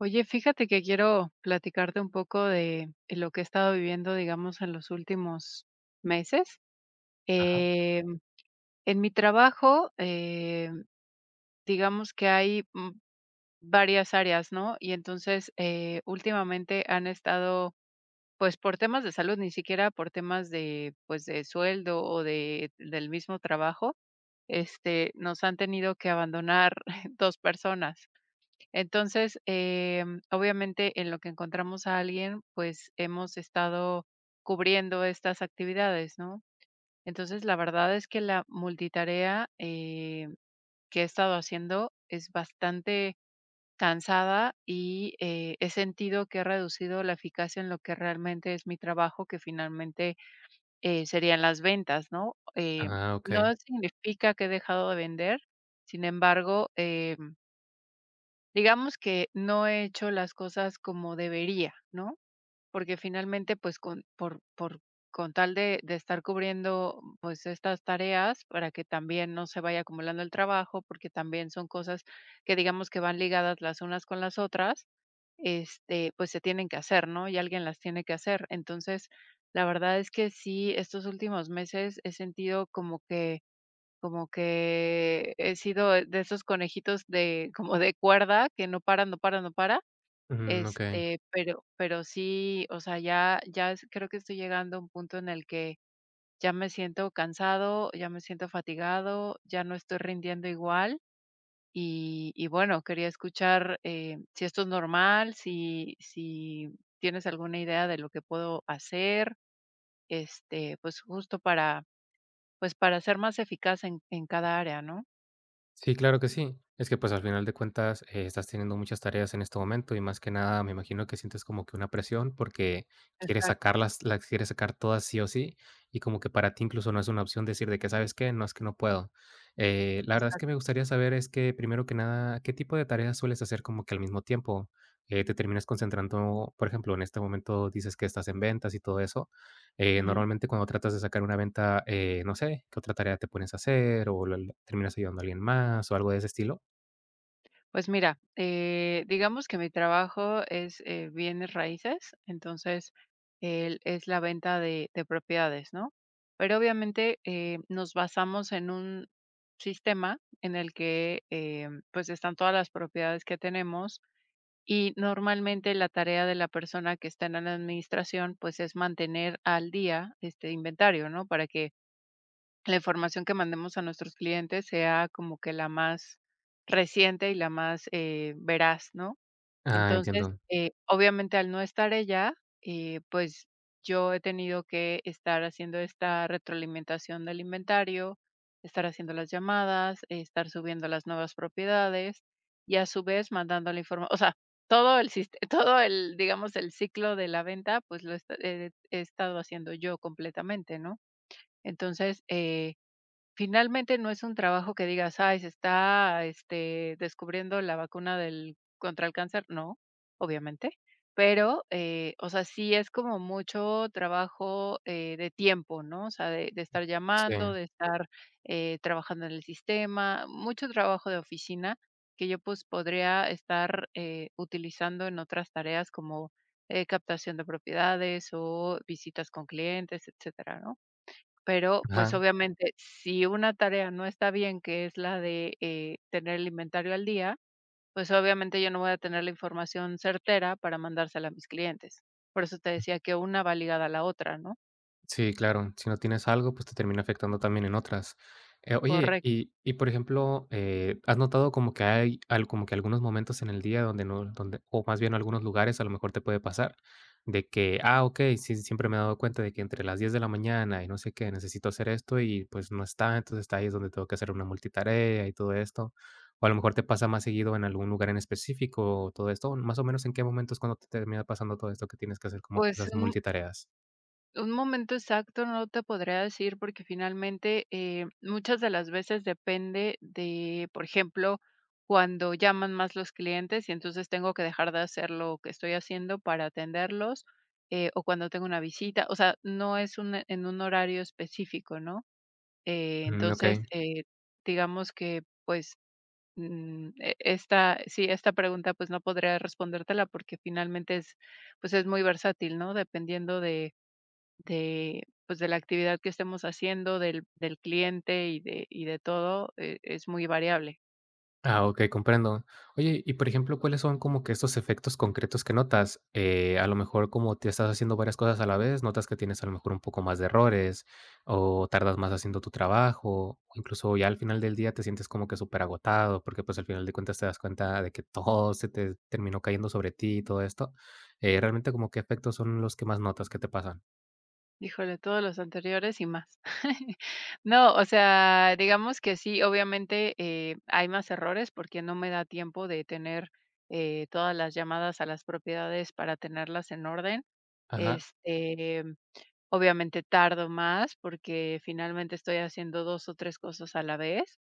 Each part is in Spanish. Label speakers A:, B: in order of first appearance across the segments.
A: Oye, fíjate que quiero platicarte un poco de lo que he estado viviendo, digamos, en los últimos meses.
B: Ajá.
A: Eh, en mi trabajo, digamos que hay varias áreas, ¿no? Y entonces, últimamente han estado, pues, por temas de salud, ni siquiera por temas de, pues, de sueldo o de, del mismo trabajo, nos han tenido que abandonar dos personas. Entonces, obviamente, en lo que encontramos a alguien, pues hemos estado cubriendo estas actividades, ¿no? Entonces, la verdad es que la multitarea que he estado haciendo es bastante cansada y he sentido que he reducido la eficacia en lo que realmente es mi trabajo, que finalmente serían las ventas, ¿no? Eh,
B: Ah,
A: no
B: okey.
A: significa que he dejado de vender, sin embargo, digamos que no he hecho las cosas como debería, ¿no? Porque finalmente, pues, con por con tal de estar cubriendo, pues, estas tareas para que también no se vaya acumulando el trabajo, porque también son cosas que, digamos, que van ligadas las unas con las otras, pues, se tienen que hacer, ¿no? Y alguien las tiene que hacer. Entonces, la verdad es que sí, estos últimos meses he sentido como que he sido de esos conejitos de como de cuerda que no para, no para, no para,
B: Mm, okey.
A: pero sí, o sea, ya es creo que estoy llegando a un punto en el que ya me siento cansado, ya me siento fatigado, ya no estoy rindiendo igual. Y bueno, quería escuchar, si esto es normal, si tienes alguna idea de lo que puedo hacer, pues, justo para, pues, para ser más eficaz en cada área, ¿no?
B: Sí, claro que sí. Es que, pues, al final de cuentas, estás teniendo muchas tareas en este momento y más que nada, me imagino que sientes como que una presión porque quieres
A: Exacto.
B: sacarlas las quieres sacar todas sí o sí, y como que para ti incluso no es una opción decir de que, ¿sabes qué? No, es que no puedo. La verdad es que
A: Exacto,
B: me gustaría saber es que, primero que nada, ¿qué tipo de tareas sueles hacer como que al mismo tiempo? ¿Te terminas concentrando, por ejemplo, en este momento dices que estás en ventas y todo eso?
A: ujú.
B: Normalmente cuando tratas de sacar una venta, no sé, ¿qué otra tarea te pones a hacer o la terminas ayudando a alguien más o algo de ese estilo?
A: Pues mira, digamos que mi trabajo es, bienes raíces, entonces, el es la venta de propiedades, ¿no? Pero obviamente, nos basamos en un sistema en el que, pues, están todas las propiedades que tenemos y normalmente la tarea de la persona que está en la administración, pues, es mantener al día este inventario, ¿no? Para que la información que mandemos a nuestros clientes sea como que la más reciente y la más, veraz, ¿no?
B: Ah,
A: Entonces,
B: entiendo.
A: obviamente, al no estar ella, pues, yo he tenido que estar haciendo esta retroalimentación del inventario, estar haciendo las llamadas, estar subiendo las nuevas propiedades y, a su vez, mandando la informa o sea, todo el siste todo el, digamos, el ciclo de la venta, pues, lo he esta he he estado haciendo yo completamente, ¿no? Entonces, finalmente, no es un trabajo que digas: "Ay, se está, descubriendo la vacuna del contra el cáncer", no, obviamente, pero, o sea, sí es como mucho trabajo, de tiempo, ¿no? O sea, de estar
B: Sí.
A: llamando, de estar, trabajando en el sistema, mucho trabajo de oficina que yo, pues, podría estar, utilizando en otras tareas como, captación de propiedades o visitas con clientes, etcétera, ¿no? Pero, pues,
B: Ajá.
A: obviamente, si una tarea no está bien, que es la de, tener el inventario al día, pues, obviamente, yo no voy a tener la información certera para mandársela a mis clientes. Por eso te decía que una va ligada a la otra, ¿no?
B: Sí, claro. Si no tienes algo, pues te termina afectando también en otras. Oye,
A: Correcto.
B: y, por ejemplo, ¿has notado como que hay como que algunos momentos en el día donde no, donde, o más bien algunos lugares a lo mejor te puede pasar, de que, ah, ok, sí, siempre me he dado cuenta de que entre las 10 de la mañana y no sé qué, necesito hacer esto y pues no está, entonces está ahí es donde tengo que hacer una multitarea y todo esto. O a lo mejor te pasa más seguido en algún lugar en específico, todo esto, más o menos en qué momentos cuando te termina pasando todo esto que tienes que hacer como que
A: Pues,
B: esas multitareas.
A: un momento exacto no te podría decir porque finalmente muchas de las veces depende de, por ejemplo, cuando llaman más los clientes y entonces tengo que dejar de hacer lo que estoy haciendo para atenderlos, o cuando tengo una visita, o sea, no es un, en un horario específico, ¿no? Eh,
B: Mm, ok.
A: entonces, eh, digamos que pues esta, sí, esta pregunta pues no podría respondértela porque finalmente es, pues es muy versátil, ¿no? Dependiendo de pues, de la actividad que estemos haciendo, del cliente y de todo, es muy variable.
B: Ah, okey, comprendo. Oye, y por ejemplo, ¿cuáles son como que estos efectos concretos que notas? A lo mejor, como te estás haciendo varias cosas a la vez, notas que tienes a lo mejor un poco más de errores, o tardas más haciendo tu trabajo, o incluso ya al final del día te sientes como que superagotado, porque, pues, al final de cuentas te das cuenta de que todo se te terminó cayendo sobre ti y todo esto. Realmente, ¿como qué efectos son los que más notas que te pasan?
A: Híjole, todos los anteriores y más. No, o sea, digamos que sí, obviamente, hay más errores porque no me da tiempo de tener, todas las llamadas a las propiedades para tenerlas en orden.
B: Ajá,
A: Este, obviamente tardo más porque finalmente estoy haciendo 2 o 3 cosas a la vez.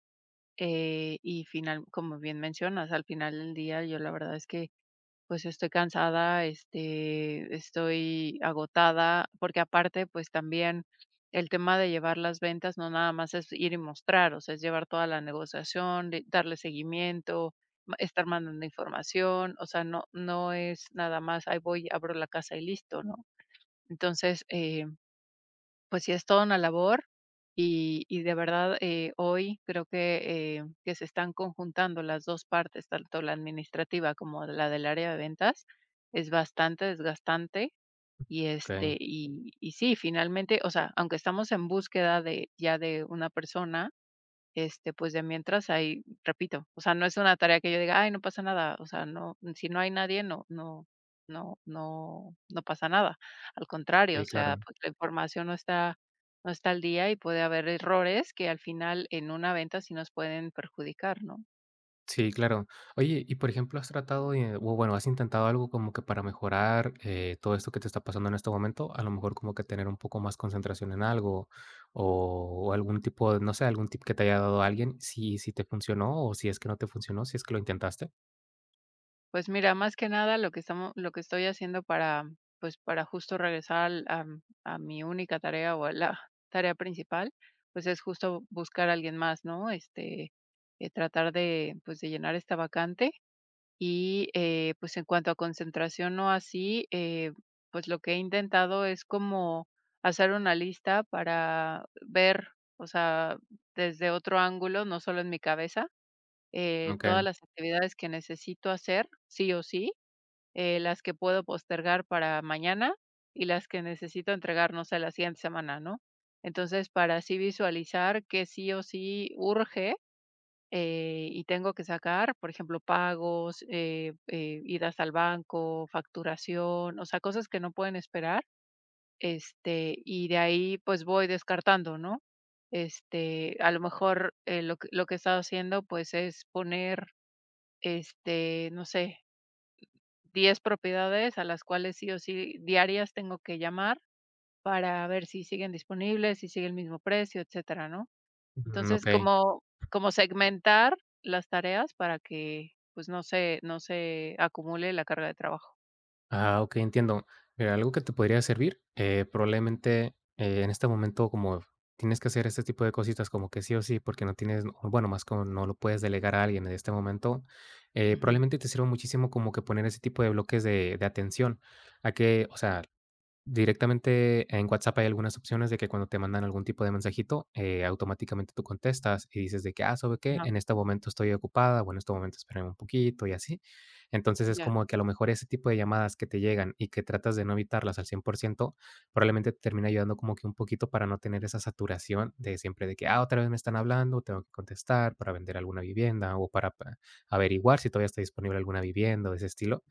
A: Y final, como bien mencionas, al final del día yo la verdad es que pues estoy cansada, estoy agotada, porque aparte pues también el tema de llevar las ventas no nada más es ir y mostrar, o sea, es llevar toda la negociación, darle seguimiento, estar mandando información, o sea, no, no es nada más, ahí voy, abro la casa y listo, ¿no? Entonces, pues sí, es toda una labor y de verdad, hoy creo que se están conjuntando las 2 partes, tanto la administrativa como la del área de ventas, es bastante desgastante y,
B: okey.
A: y sí, finalmente, o sea, aunque estamos en búsqueda de ya de una persona, pues, de mientras ahí, repito, o sea, no es una tarea que yo diga: "Ay, no pasa nada", o sea, no, si no hay nadie, no no pasa nada. Al contrario, o
B: Sí,
A: sea,
B: claro.
A: pues, la información no está, no está al día y puede haber errores que al final en una venta sí nos pueden perjudicar, ¿no?
B: Sí, claro. Oye, y por ejemplo, ¿has tratado de, o bueno, has intentado algo como que para mejorar todo esto que te está pasando en este momento? A lo mejor como que tener un poco más concentración en algo o algún tipo, de- no sé, algún tip que te haya dado alguien, si, te funcionó o si es que no te funcionó, si es que lo intentaste.
A: Pues mira, más que nada lo que estoy haciendo para, pues, para justo regresar al am a mi única tarea o a la tarea principal, pues, es justo buscar a alguien más, ¿no? Tratar de, pues, de llenar esta vacante y, pues, en cuanto a concentración o así, pues, lo que he intentado es como hacer una lista para ver, o sea, desde otro ángulo, no solo en mi cabeza,
B: Ok,
A: todas las actividades que necesito hacer sí o sí, las que puedo postergar para mañana y las que necesito entregar, no sé, la siguiente semana, ¿no? Entonces, para así visualizar que sí o sí urge, y tengo que sacar, por ejemplo, pagos, idas al banco, facturación, o sea, cosas que no pueden esperar, y de ahí pues voy descartando, ¿no? A lo mejor lo que he estado haciendo pues es poner, no sé, 10 propiedades a las cuales sí o sí diarias tengo que llamar para ver si siguen disponibles, si sigue el mismo precio, etcétera, ¿no?
B: ujú,
A: Entonces,
B: ok.
A: como segmentar las tareas para que, pues, no se acumule la carga de trabajo.
B: Ah, ok, entiendo. Mira, algo que te podría servir, probablemente, en este momento, como tienes que hacer este tipo de cositas como que sí o sí, porque no tienes, o bueno, más como no lo puedes delegar a alguien en este momento,
A: Ujú,
B: probablemente te sirva muchísimo como que poner ese tipo de bloques de atención, a que, o sea, directamente en WhatsApp hay algunas opciones de que cuando te mandan algún tipo de mensajito, automáticamente tú contestas y dices de que, ah, ¿sabe qué?
A: ajá,
B: En este momento estoy ocupada o en este momento espérame un poquito y así. Entonces es
A: ya,
B: como que a lo mejor ese tipo de llamadas que te llegan y que tratas de no evitarlas al 100% probablemente te termina ayudando como que un poquito para no tener esa saturación de siempre de que, ah, otra vez me están hablando, tengo que contestar para vender alguna vivienda o para averiguar si todavía está disponible alguna vivienda o de ese estilo.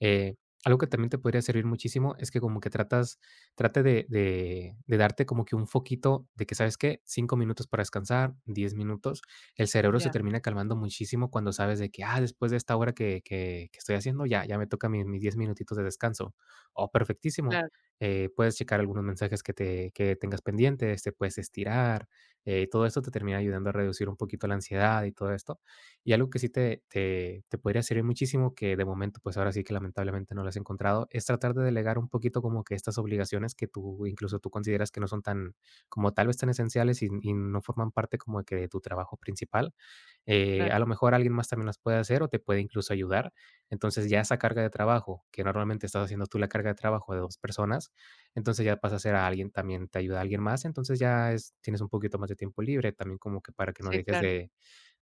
B: Eh, Algo que también te podría servir muchísimo es que como que tratas trate de darte como que un foquito de que, ¿sabes qué? 5 minutos para descansar, 10 minutos. El cerebro se
A: ya,
B: termina calmando muchísimo cuando sabes de que, ah, después de esta hora que estoy haciendo, ya me toca mi mis 10 minutitos de descanso. Oh, perfectísimo.
A: claro,
B: Puedes checar algunos mensajes que te que tengas pendientes, te puedes estirar, todo esto te termina ayudando a reducir un poquito la ansiedad y todo esto. Y algo que sí te podría servir muchísimo, que de momento, pues, ahora sí que lamentablemente no lo has encontrado, es tratar de delegar un poquito como que estas obligaciones que tú,
A: mm,
B: incluso tú consideras que no son tan, como tal vez tan esenciales y no forman parte como de que de tu trabajo principal.
A: claro.
B: A lo mejor alguien más también las puede hacer o te puede incluso ayudar. Entonces, ya esa carga de trabajo, que normalmente estás haciendo tú la carga de trabajo de 2 personas, entonces ya pasa a ser a alguien, también te ayuda a alguien más, entonces ya es tienes un poquito más de tiempo libre, también como que para que no
A: Sí,
B: dejes
A: claro,
B: de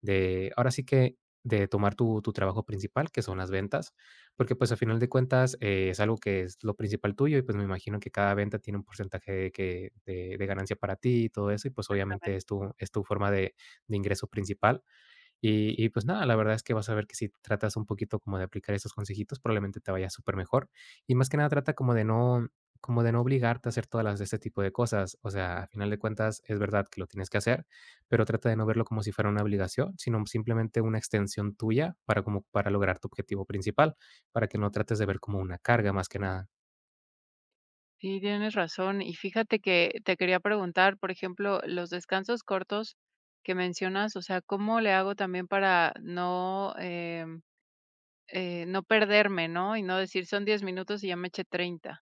B: de ahora sí que de tomar tu trabajo principal, que son las ventas, porque, pues, a final de cuentas, es algo que es lo principal tuyo y, pues, me imagino que cada venta tiene un porcentaje de que de ganancia para ti y todo eso, y, pues, obviamente
A: exactamente.
B: es tu forma de ingreso principal. Y pues nada, la verdad es que vas a ver que si tratas un poquito como de aplicar estos consejitos, probablemente te vaya supermejor. Y más que nada trata como de no obligarte a hacer todas las de este tipo de cosas. O sea, a final de cuentas, es verdad que lo tienes que hacer, pero trata de no verlo como si fuera una obligación, sino simplemente una extensión tuya para como para lograr tu objetivo principal, para que no trates de ver como una carga, más que nada.
A: Sí, tienes razón. Y fíjate que te quería preguntar, por ejemplo, los descansos cortos que mencionas, o sea, ¿cómo le hago también para no, no perderme, ¿no? Y no decir: "Son 10 minutos y ya me eché 30".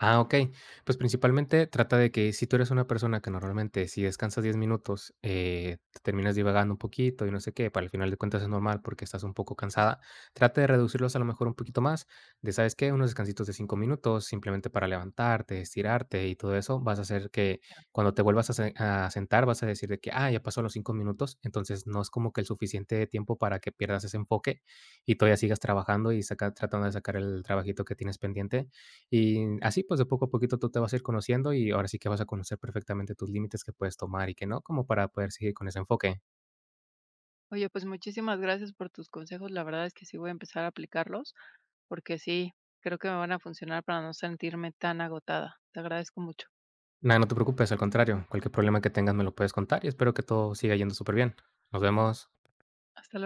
B: Ah, okey. Pues, principalmente trata de que si tú eres una persona que normalmente, si descansas 10 minutos, te terminas divagando un poquito y no sé qué, para el final de cuentas es normal porque estás un poco cansada. Trata de reducirlos a lo mejor un poquito más, de, ¿sabes qué? Unos descansitos de 5 minutos, simplemente para levantarte, estirarte y todo eso. Vas a hacer que cuando te vuelvas a sentar, vas a decir de que: "Ah, ya pasó los 5 minutos". Entonces, no es como que el suficiente tiempo para que pierdas ese enfoque y todavía sigas trabajando y saca tratando de sacar el trabajito que tienes pendiente. Y así, pues, de poco a poquito tú te vas a ir conociendo y ahora sí que vas a conocer perfectamente tus límites que puedes tomar y que no, como para poder seguir con ese enfoque.
A: Oye, pues muchísimas gracias por tus consejos. La verdad es que sí voy a empezar a aplicarlos, porque sí, creo que me van a funcionar para no sentirme tan agotada. Te agradezco mucho.
B: Nada, no te preocupes, al contrario, cualquier problema que tengas me lo puedes contar y espero que todo siga yendo súper bien. Nos vemos.
A: Hasta luego.